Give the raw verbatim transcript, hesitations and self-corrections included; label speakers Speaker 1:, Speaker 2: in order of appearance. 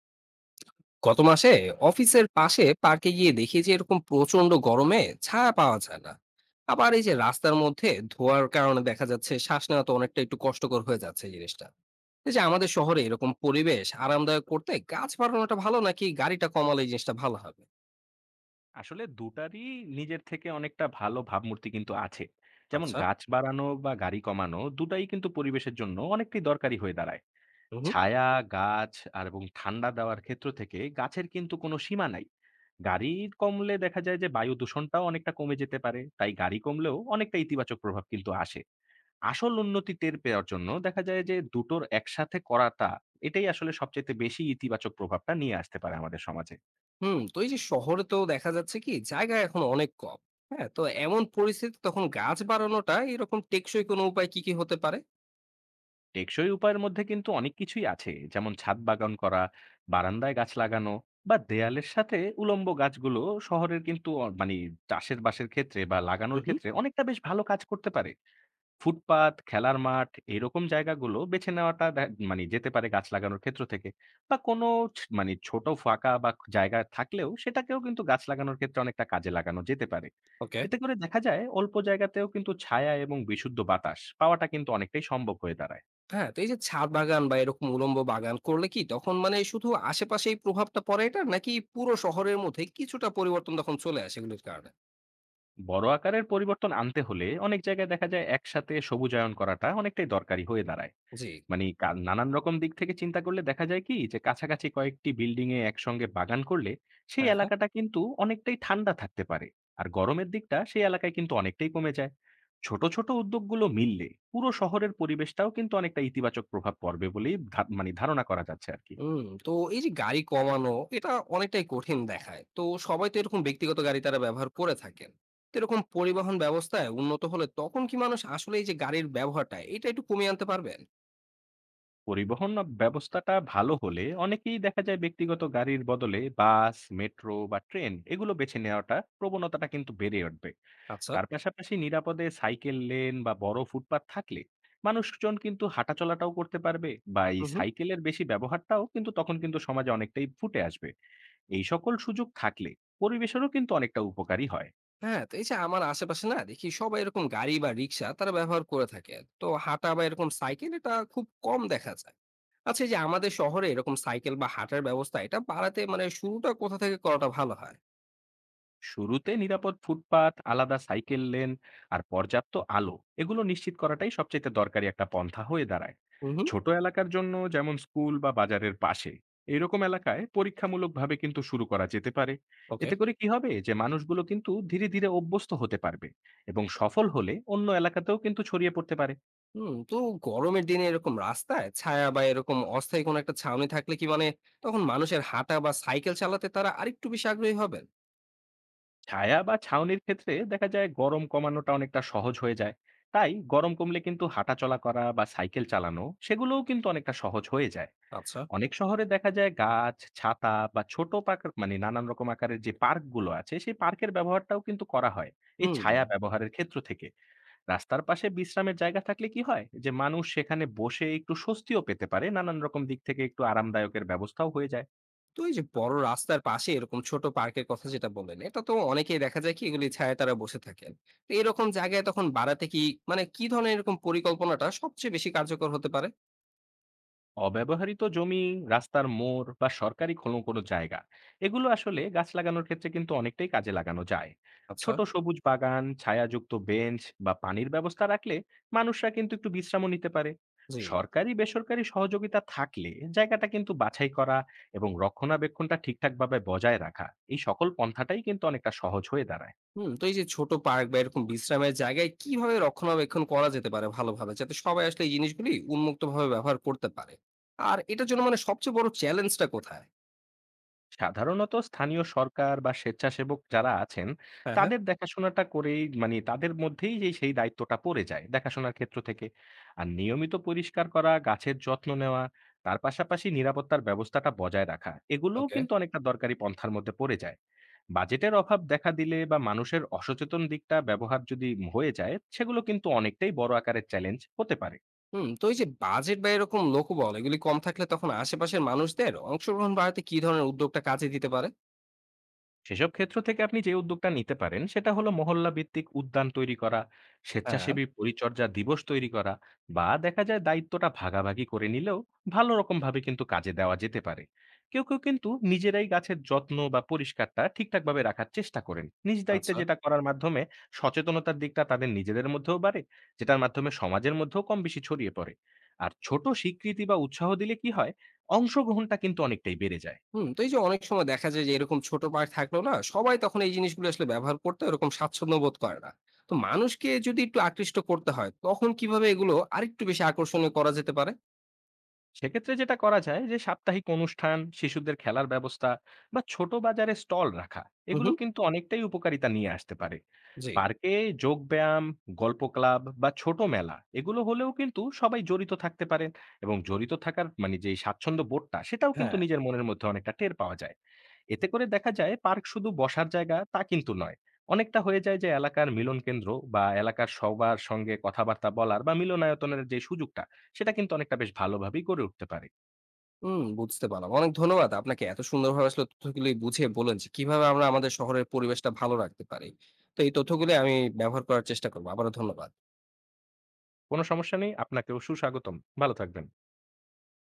Speaker 1: গত মাসে অফিসের পাশে পার্কে গিয়ে দেখি যে এরকম প্রচন্ড গরমে ছায়া পাওয়া যায় না। আবার এই যে রাস্তার মধ্যে ধোয়ার কারণে দেখা যাচ্ছে শ্বাস নেওয়া তো অনেকটা একটু কষ্টকর হয়ে যাচ্ছে এই জিনিসটা। এই যে আমাদের শহরে এরকম পরিবেশ আরামদায়ক করতে গাছ বাড়ানোটা ভালো নাকি গাড়িটা কমালে এই জিনিসটা ভালো হবে?
Speaker 2: আসলে দুই টারই নিজের থেকে অনেকটা ভালো ভাবমূর্তি কিন্তু আছে। যেমন
Speaker 1: আচ্ছা।
Speaker 2: গাছ বাড়ানো বা গাড়ি কমানো দুই টাই কিন্তু পরিবেশের জন্য অনেকটাই দরকারি হয়ে দাঁড়ায়।
Speaker 1: হুম হুম।
Speaker 2: ছায়া, গাছ আর এবং ঠান্ডা দেওয়ার ক্ষেত্র থেকে গাছের কিন্তু কোনো সীমা নাই। গাড়ি কমলে দেখা যায় যে বায়ু দূষণটাও অনেকটা কমে যেতে পারে। তাই গাড়ি কমলেও অনেকটা ইতিবাচক প্রভাব কিন্তু আসে। আসল উন্নতি টের পাওয়ার জন্য দেখা যায় যে দুই টোর একসাথে করাটা এটাই আসলে সবচাইতে বেশি ইতিবাচক প্রভাবটা নিয়ে আসতে পারে আমাদের সমাজে।
Speaker 1: হুম, তো এই যে শহরে তো দেখা যাচ্ছে কি জায়গা এখন অনেক কম। হ্যাঁ, তো এমন পরিস্থিতি তখন গাছ বাড়ানোটা এরকম টেকসই কোনো উপায় কি কি হতে পারে?
Speaker 2: টেকসই উপায়ের মধ্যে কিন্তু অনেক কিছুই আছে, যেমন ছাদ বাগান করা, বারান্দায় গাছ লাগানো, বা দেয়ালের সাথে উলম্ব গাছগুলো শহরের কিন্তু অ- মানে চাষের বাসের ক্ষেত্রে বা লাগানোর
Speaker 1: হুম হুম।
Speaker 2: ক্ষেত্রে অনেকটা বেশ ভালো কাজ করতে পারে। ফুটপাত, খেলার মাঠ, এরকম জায়গাগুলো বেছে নেওয়াটা দে- মানে যেতে পারে গাছ লাগানোর ক্ষেত্র থেকে। বা কোনো ছ- মানে ছোট ফাঁকা বা জায়গা থাকলেও সেটাকেও কিন্তু গাছ লাগানোর ক্ষেত্রে অনেকটা কাজে লাগানো যেতে পারে।
Speaker 1: ওকে।
Speaker 2: এতে করে দেখা যায় অল্প জায়গাতেও কিন্তু ছায়া এবং বিশুদ্ধ বাতাস পাওয়াটা কিন্তু অনেকটাই সম্ভব হয়ে দাঁড়ায়।
Speaker 1: হ্যাঁ, তো এই যে ছাদ বাগান বা এরকম উলম্ব বাগান করলে কি তখন মানে শুধু আশেপাশেই প্রভাবটা পড়ে এটার নাকি পুরো শহরের মধ্যে কিছুটা পরিবর্তন তখন চলে আসে এগুলোর কারণে?
Speaker 2: বড় আকারের পরিবর্তন আনতে হলে অনেক জায়গায় দেখা যায় একসাথে সবুজায়ন করাটা অনেকটাই দরকারি হয়ে দাঁড়ায়।
Speaker 1: জি।
Speaker 2: মানে কা- নানান রকম দিক থেকে চিন্তা করলে দেখা যায় কি যে কাছাকাছি কয়েকটি বিল্ডিং এ একসঙ্গে বাগান করলে সেই
Speaker 1: হ্যাঁ, হ্যাঁ।
Speaker 2: এলাকাটা কিন্তু অনেকটাই ঠান্ডা থাকতে পারে। আর গরমের দিকটা সেই এলাকায় কিন্তু অনেকটাই কমে যায়। ছোট ছোট উদ্যোগগুলো মিললে পুরো শহরের পরিবেশটাও কিন্তু অনেকটা ইতিবাচক প্রভাব পড়বে বলেই ধা- মানে ধারণা করা যাচ্ছে আর কি।
Speaker 1: হুম, তো এই যে গাড়ি কমানো এটা অনেকটাই কঠিন দেখায়। তো সবাই তো এরকম ব্যক্তিগত গাড়ি তারা ব্যবহার করে থাকেন। তো এরকম পরিবহন ব্যবস্থায় উন্নত হলে তখন কি মানুষ আসলে এই যে গাড়ির ব্যবহারটা এটা একটু কমিয়ে আনতে পারবেন?
Speaker 2: পরিবহন ব্যবস্থাটা ভালো হলে অনেকেই দেখা যায় ব্যক্তিগত গাড়ির বদলে বাস, মেট্রো বা ট্রেন এগুলো বেছে নেওয়াটা প্রবণতাটা কিন্তু বেড়ে উঠবে।
Speaker 1: আচ্ছা।
Speaker 2: তার পাশাপাশি নিরাপদে সাইকেল লেন বা বড় ফুটপাত থাকলে মানুষজন কিন্তু হাঁটাচলাটাও করতে পারবে, বা এই
Speaker 1: হু, হু।
Speaker 2: সাইকেলের বেশি ব্যবহারটাও কিন্তু তখন কিন্তু সমাজে অনেকটাই ফুটে আসবে। এই সকল সুযোগ থাকলে পরিবেশেরও কিন্তু অনেকটা উপকারী হয়।
Speaker 1: হ্যাঁ, তো এই যে আমার আশেপাশে না দেখি সবাই এরকম গাড়ি বা রিক্সা তারা ব্যবহার করে থাকে। তো হাঁটা বা এরকম সাইকেল এটা খুব কম দেখা যায়। আচ্ছা, এই যে আমাদের শহরে এরকম সাইকেল বা হাঁটার ব্যবস্থা এটা বাড়াতে মানে শুরুটা কোথা থেকে করাটা ভালো হয়?
Speaker 2: শুরুতে নিরাপদ ফুটপাত, আলাদা সাইকেল লেন আর পর্যাপ্ত আলো, এগুলো নিশ্চিত করাটাই সবচেয়ে দরকারি একটা পন্থা হয়ে দাঁড়ায়।
Speaker 1: হুম হুম।
Speaker 2: ছোট এলাকার জন্য যেমন স্কুল বা বাজারের পাশে এইরকম এলাকায় পরীক্ষামূলকভাবে কিন্তু শুরু করা যেতে পারে।
Speaker 1: ওকে।
Speaker 2: এতে করে কি হবে যে মানুষগুলো কিন্তু ধীরে ধীরে অভ্যস্ত হতে পারবে এবং সফল হলে অন্য এলাকাতেও কিন্তু ছড়িয়ে পড়তে পারে।
Speaker 1: হুম, তো গরমের দিনে এরকম রাস্তায় ছায়া বা এরকম অস্থায়ী কোনো একটা ছাউনি থাকলে কি মানে তখন মানুষের হাঁটা বা সাইকেল চালাতে তারা আরেকটু বেশি আগ্রহী হবেন?
Speaker 2: ছায়া বা ছাউনির ক্ষেত্রে দেখা যায় গরম কমানোটা অনেকটা সহজ হয়ে যায়। তাই গরম কমলে কিন্তু হাঁটাচলা করা বা সাইকেল চালানো সেগুলোও কিন্তু অনেকটা সহজ হয়ে যায়।
Speaker 1: আচ্ছা।
Speaker 2: অনেক শহরে দেখা যায় গাছ, ছাতা বা ছোট পাক মানে নানান রকম আকারের যে পার্কগুলো আছে, সেই পার্কের ব্যবহারটাও কিন্তু করা হয়। এই
Speaker 1: হুম,
Speaker 2: ছায়া ব্যবহারের ক্ষেত্র থেকে। রাস্তার পাশে বিশ্রামের জায়গা থাকলে কি হয়? যে মানুষ সেখানে বসে একটু স্বস্তিও পেতে পারে, নানান রকম দিক থেকে একটু আরামদায়কের ব্যবস্থাও হয়ে যায়।
Speaker 1: তো এই যে বড় রাস্তার পাশে এরকম ছোট পার্কের কথা যেটা বললেন এটা তো অনেকেই দেখা যায় কি এগুলি ছায়া তারা বসে থাকেন। তো এরকম জায়গায় তখন বাড়াতে কি মানে কি ধরনের এরকম পরিকল্পনাটা সবচেয়ে বেশি কার্যকর হতে পারে?
Speaker 2: অব্যবহৃত জমি, রাস্তার মোড় বা সরকারি কোনো কোনো জায়গা এগুলো আসলে গাছ লাগানোর ক্ষেত্রে কিন্তু অনেকটাই কাজে লাগানো যায়।
Speaker 1: আচ্ছা।
Speaker 2: ছোট সবুজ বাগান, ছায়াযুক্ত বেঞ্চ বা পানির ব্যবস্থা রাখলে মানুষরা কিন্তু একটু বিশ্রামও নিতে পারে।
Speaker 1: জি।
Speaker 2: সরকারি বেসরকারি সহযোগিতা থাকলে জায়গাটা কিন্তু বাছাই করা এবং রক্ষণাবেক্ষণটা ঠিকঠাকভাবে বজায় রাখা, এই সকল পন্থাটাই কিন্তু অনেকটা সহজ হয়ে দাঁড়ায়।
Speaker 1: হুম, তো এই যে ছোট পার্ক বা এরকম বিশ্রামের জায়গায় কিভাবে রক্ষণাবেক্ষণ করা যেতে পারে ভালোভাবে যাতে সবাই আসলে এই জিনিসগুলি উন্মুক্ত ভাবে ব্যবহার করতে পারে? আর এটার জন্য মানে সবচেয়ে বড় চ্যালেঞ্জটা কোথায়?
Speaker 2: সাধারণত স্থানীয় সরকার বা স্বেচ্ছাসেবক যারা আছেন
Speaker 1: হ্যাঁ হ্যাঁ।
Speaker 2: তাদের দেখাশোনাটা করেই মানে তাদের মধ্যেই যে সেই দায়িত্বটা পড়ে যায় দেখাশোনার ক্ষেত্র থেকে। আর নিয়মিত পরিষ্কার করা, গাছের যত্ন নেওয়া, তার পাশাপাশি নিরাপত্তার ব্যবস্থাটা বজায় রাখা এগুলোও
Speaker 1: ওকে।
Speaker 2: কিন্তু অনেকটা দরকারি পন্থার মধ্যে পড়ে যায়। বাজেটের অভাব দেখা দিলে বা মানুষের অসচেতন দিকটা ব্যবহার যদি হয়ে যায় সেগুলো কিন্তু অনেকটাই বড় আকারের চ্যালেঞ্জ হতে পারে।
Speaker 1: হুম, তো এই যে বাজেট বা এরকম লোকবল এগুলি কম থাকলে তখন আশেপাশের মানুষদের অংশগ্রহণ বাড়াতে কি ধরনের উদ্যোগটা কাজে দিতে পারে?
Speaker 2: সেসব ক্ষেত্র থেকে আপনি যে উদ্যোগটা নিতে পারেন সেটা হলো মহল্লা ভিত্তিক উদ্যান তৈরি করা,
Speaker 1: হ্যাঁ।
Speaker 2: স্বেচ্ছাসেবী পরিচর্যা দিবস তৈরি করা, বা দেখা যায় দায়িত্বটা ভাগাভাগি করে নিলেও ভালো রকম ভাবে কিন্তু কাজে দেওয়া যেতে পারে। কেউ কেউ কিন্তু নিজেরাই গাছের যত্ন বা পরিষ্কারটা ঠিকঠাক ভাবে রাখার চেষ্টা করেন নিজ দায়িত্বে,
Speaker 1: আচ্ছা।
Speaker 2: যেটা করার মাধ্যমে সচেতনতার দিকটা তাদের নিজেদের মধ্যেও বাড়ে, যেটার মাধ্যমে সমাজের মধ্যেও কম বেশি ছড়িয়ে পড়ে। আর ছোট স্বীকৃতি বা উৎসাহ দিলে কি হয়, অংশগ্রহণটা কিন্তু অনেকটাই বেড়ে যায়।
Speaker 1: হুম, তো এই যে অনেক সময় দেখা যায় যে এরকম ছোট পার্ক থাকলো না সবাই তখন এই জিনিসগুলো আসলে ব্যবহার করতে এরকম স্বাচ্ছন্দ্য বোধ করে না। তো মানুষকে যদি একটু আকৃষ্ট করতে হয় তখন কিভাবে এগুলো আরেকটু বেশি আকর্ষণীয় করা যেতে পারে?
Speaker 2: সেক্ষেত্রে যেটা করা যায় যে সাপ্তাহিক অনুষ্ঠান, শিশুদের খেলার ব্যবস্থা, বা ছোট বাজারে স্টল রাখা
Speaker 1: হুম
Speaker 2: এগুলো
Speaker 1: হুম।
Speaker 2: কিন্তু অনেকটাই উপকারিতা নিয়ে আসতে পারে।
Speaker 1: জি।
Speaker 2: পার্কে যোগ ব্যায়াম, গল্প ক্লাব বা ছোট মেলা এগুলো হলেও কিন্তু সবাই জড়িত থাকতে পারেন এবং জড়িত থাকার মানে যে স্বাচ্ছন্দ্য বোধটা সেটাও কিন্তু
Speaker 1: হ্যাঁ।
Speaker 2: নিজের মনের মধ্যে অনেকটা টের পাওয়া যায়। এতে করে দেখা যায় পার্ক শুধু বসার জায়গা তা কিন্তু নয়, অনেকটা হয়ে যায় যে এলাকার মিলন কেন্দ্র বা এলাকার সবার সঙ্গে কথাবার্তা বলার বা মিলনায়তনের যে সুযোগটা সেটা কিন্তু অনেকটা বেশ ভালোভাবেই গড়ে উঠতে পারে।
Speaker 1: হুম, বুঝতে পারলাম। অনেক ধন্যবাদ আপনাকে। এত সুন্দরভাবে আসলে তথ্যগুলি বুঝিয়ে বললেন যে কিভাবে আমরা আমাদের শহরের পরিবেশটা ভালো রাখতে পারি। তো এই তথ্যগুলি আমি ব্যবহার করার চেষ্টা করব। আবারও ধন্যবাদ।
Speaker 2: কোনো সমস্যা নেই, আপনাকেও সুস্বাগতম। ভালো থাকবেন।